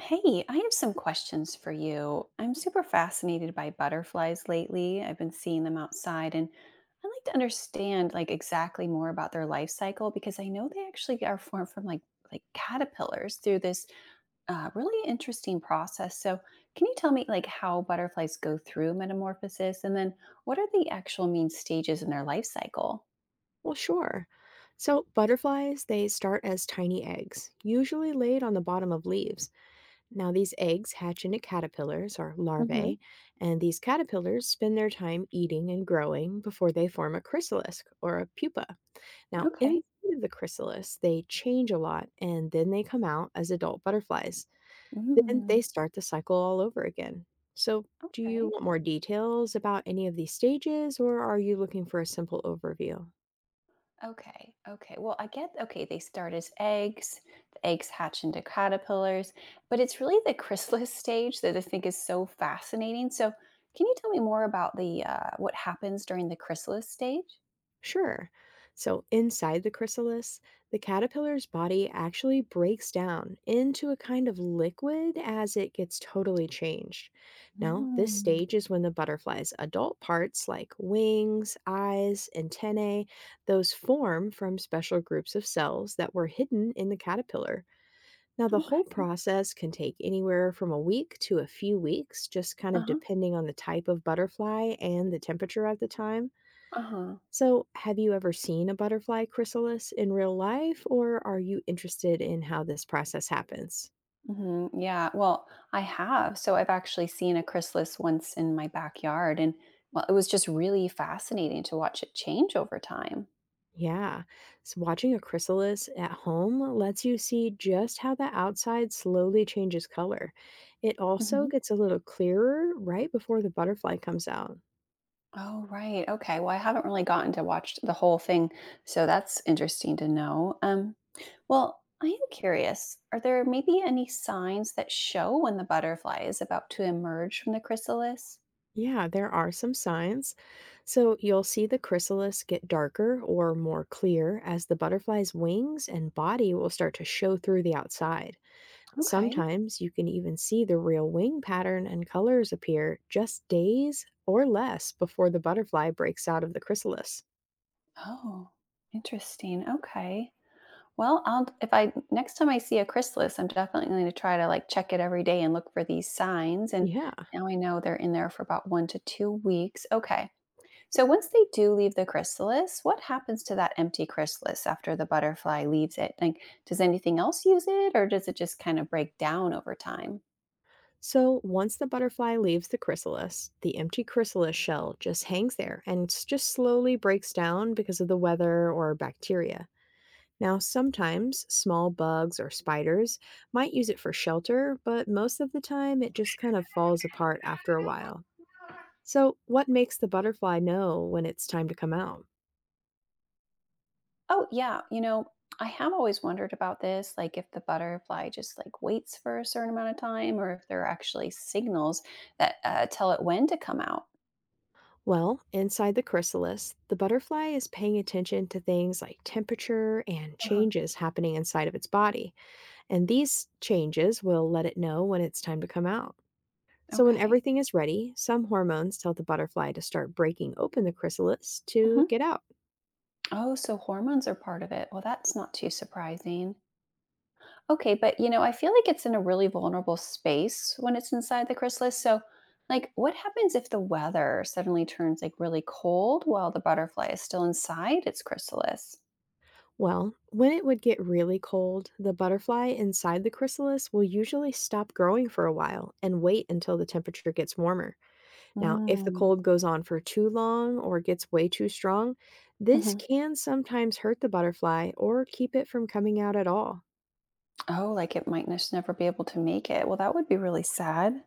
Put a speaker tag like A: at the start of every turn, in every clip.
A: Hey, I have some questions for you. I'm super fascinated by butterflies lately. I've been seeing them outside, and I'd like to understand like exactly more about their life cycle because I know they actually are formed from like caterpillars through this really interesting process. So, can you tell me like how butterflies go through metamorphosis, and then what are the actual main stages in their life cycle?
B: Well, sure. So, butterflies, they start as tiny eggs, usually laid on the bottom of leaves. Now, these eggs hatch into caterpillars or
A: Hmm.
B: larvae, and these caterpillars spend their time eating and growing before they form a chrysalis or a pupa. Now,
A: Okay.
B: inside of the chrysalis, they change a lot and then they come out as adult butterflies. Then
A: Mm,
B: they start the cycle all over again. So, do you
A: okay.
B: want more details about any of these stages, or are you looking for a simple overview?
A: Okay. Okay. Well, I get okay, they start as eggs. The eggs hatch into caterpillars, but it's really the chrysalis stage that I think is so fascinating. So, can you tell me more about the what happens during the chrysalis stage?
B: Sure. So, inside the chrysalis, the caterpillar's body actually breaks down into a kind of liquid as it gets totally changed. Now, this
A: Mm.
B: stage is when the butterfly's adult parts, like wings, eyes, antennae, those form from special groups of cells that were hidden in the caterpillar. Now, the whole
A: Okay.
B: process can take anywhere from a week to a few weeks, just kind
A: Uh
B: of
A: huh.
B: depending on the type of butterfly and the temperature at the time.
A: Uh huh.
B: So, have you ever seen a butterfly chrysalis in real life, or are you interested in how this process happens?
A: Hmm. Yeah. Well, I have. So I've actually seen a chrysalis once in my backyard, and well, it was just really fascinating to watch it change over time.
B: Yeah, so watching a chrysalis at home lets you see just how the outside slowly changes color. It also gets a little clearer right before the butterfly comes out.
A: Oh, right. Okay. Well, I haven't really gotten to watch the whole thing, so that's interesting to know. Well, I am curious. Are there maybe any signs that show when the butterfly is about to emerge from the chrysalis?
B: Yeah, there are some signs. So, you'll see the chrysalis get darker or more clear as the butterfly's wings and body will start to show through the outside.
A: Okay.
B: Sometimes you can even see the real wing pattern and colors appear just days or less before the butterfly breaks out of the chrysalis.
A: Oh, interesting. Okay. Well, I'll if I next time I see a chrysalis, I'm definitely going to try to like check it every day and look for these signs. And
B: Yeah.
A: now I know they're in there for about 1 to 2 weeks. Okay. So once they do leave the chrysalis, what happens to that empty chrysalis after the butterfly leaves it? Like, does anything else use it, or does it just kind of break down over time?
B: So once the butterfly leaves the chrysalis, the empty chrysalis shell just hangs there and just slowly breaks down because of the weather or bacteria. Now, sometimes small bugs or spiders might use it for shelter, but most of the time it just kind of falls apart after a while. So, what makes the butterfly know when it's time to come out?
A: Oh, yeah, I have always wondered about this, like if the butterfly just like waits for a certain amount of time, or if there are actually signals that tell it when to come out.
B: Well, inside the chrysalis, the butterfly is paying attention to things like temperature and
A: Uh-huh.
B: changes happening inside of its body. And these changes will let it know when it's time to come out. So, when
A: Okay.
B: everything is ready, some hormones tell the butterfly to start breaking open the chrysalis to get
A: Hmm.
B: out.
A: Oh, so hormones are part of it. Well, that's not too surprising. Okay, but you know, I feel like it's in a really vulnerable space when it's inside the chrysalis. So, like, what happens if the weather suddenly turns like really cold while the butterfly is still inside its chrysalis?
B: Well, when it would get really cold, the butterfly inside the chrysalis will usually stop growing for a while and wait until the temperature gets warmer. Now, if the
A: Mm.
B: cold goes on for too long or gets way too strong, this
A: Hmm.
B: can sometimes hurt the butterfly or keep it from coming out at all.
A: Oh, like it might just never be able to make it. Well, that would be really sad.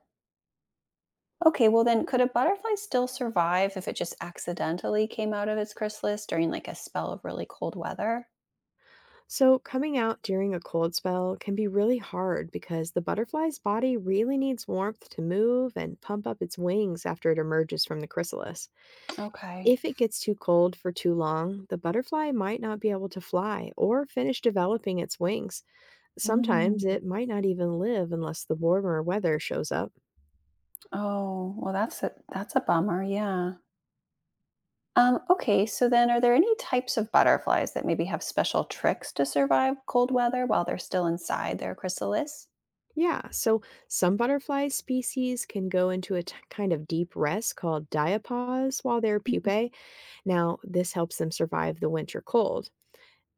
A: Okay, well, then could a butterfly still survive if it just accidentally came out of its chrysalis during like a spell of really cold weather?
B: So, coming out during a cold spell can be really hard because the butterfly's body really needs warmth to move and pump up its wings after it emerges from the chrysalis.
A: Okay.
B: If it gets too cold for too long, the butterfly might not be able to fly or finish developing its wings. Sometimes
A: Mm.
B: it might not even live unless the warmer weather shows up.
A: Oh, well, that's a bummer. Yeah. Okay, so then are there any types of butterflies that maybe have special tricks to survive cold weather while they're still inside their chrysalis?
B: Yeah, so some butterfly species can go into a kind of deep rest called diapause while they're
A: Mhm.
B: pupae. Now, this helps them survive the winter cold.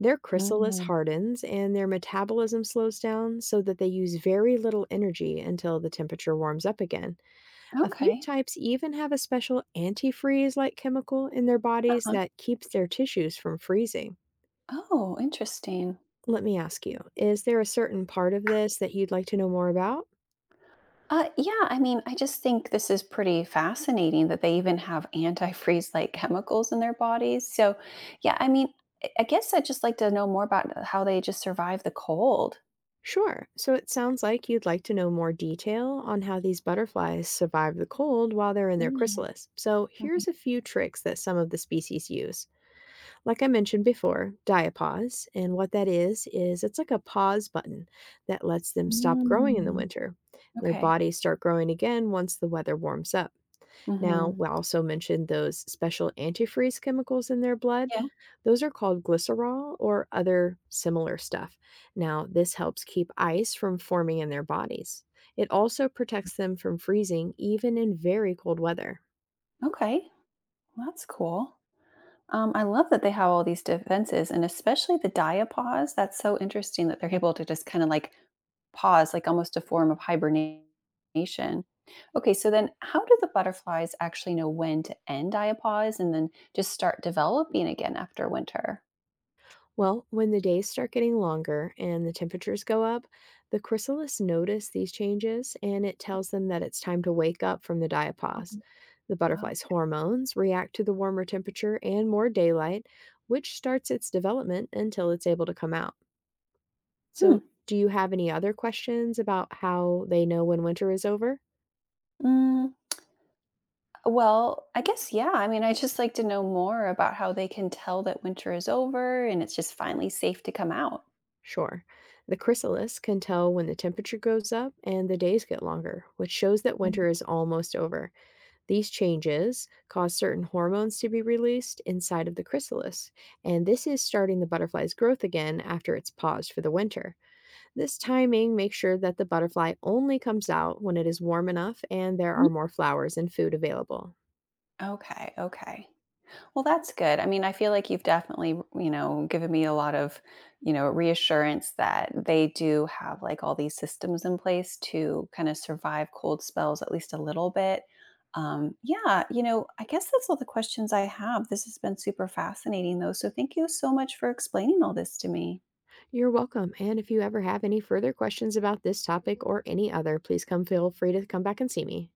B: Their chrysalis
A: Mm,
B: hardens and their metabolism slows down so that they use very little energy until the temperature warms up again. A few
A: okay.
B: types even have a special antifreeze like chemical in their bodies
A: Uh-huh.
B: that keeps their tissues from freezing.
A: Oh, interesting.
B: Let me ask you, is there a certain part of this that you'd like to know more about?
A: Yeah, I mean, I just think this is pretty fascinating that they even have antifreeze like chemicals in their bodies. So, yeah, I mean, I guess I'd just like to know more about how they just survive the cold.
B: Sure. So it sounds like you'd like to know more detail on how these butterflies survive the cold while they're in
A: Yeah.
B: their chrysalis. So
A: Mhm.
B: here's a few tricks that some of the species use. Like I mentioned before, diapause. And what that is it's like a pause button that lets them stop growing in the
A: Mm,
B: winter. Their
A: okay.
B: bodies start growing again once the weather warms up. Now,
A: Hmm.
B: we also mentioned those special antifreeze chemicals in their blood.
A: Yeah.
B: Those are called glycerol or other similar stuff. Now, this helps keep ice from forming in their bodies. It also protects them from freezing, even in very cold weather.
A: Okay. Well, that's cool. I love that they have all these defenses, and especially the diapause. That's so interesting that they're able to just kind of like pause, like almost a form of hibernation. Okay, so then how do the butterflies actually know when to end diapause, and then just start developing again after winter?
B: Well, when the days start getting longer and the temperatures go up, the chrysalis notice these changes and it tells them that it's time to wake up from the diapause.
A: Mhm.
B: The butterfly's
A: Okay.
B: hormones react to the warmer temperature and more daylight, which starts its development until it's able to come out.
A: Hmm.
B: So, do you have any other questions about how they know when winter is over?
A: Mm, well, I guess, yeah. I mean, I just like to know more about how they can tell that winter is over and it's just finally safe to come out.
B: Sure. The chrysalis can tell when the temperature goes up and the days get longer, which shows that winter is almost over. These changes cause certain hormones to be released inside of the chrysalis, and this is starting the butterfly's growth again after it's paused for the winter. This timing makes sure that the butterfly only comes out when it is warm enough and there are
A: Mhm.
B: more flowers and food available.
A: Okay, okay. Well, that's good. I mean, I feel like you've definitely, you know, given me a lot of, you know, reassurance that they do have like all these systems in place to kind of survive cold spells at least a little bit. Yeah, you know, I guess that's all the questions I have. This has been super fascinating though. So thank you so much for explaining all this to me.
B: You're welcome, and if you ever have any further questions about this topic or any other, please come feel free to come back and see me.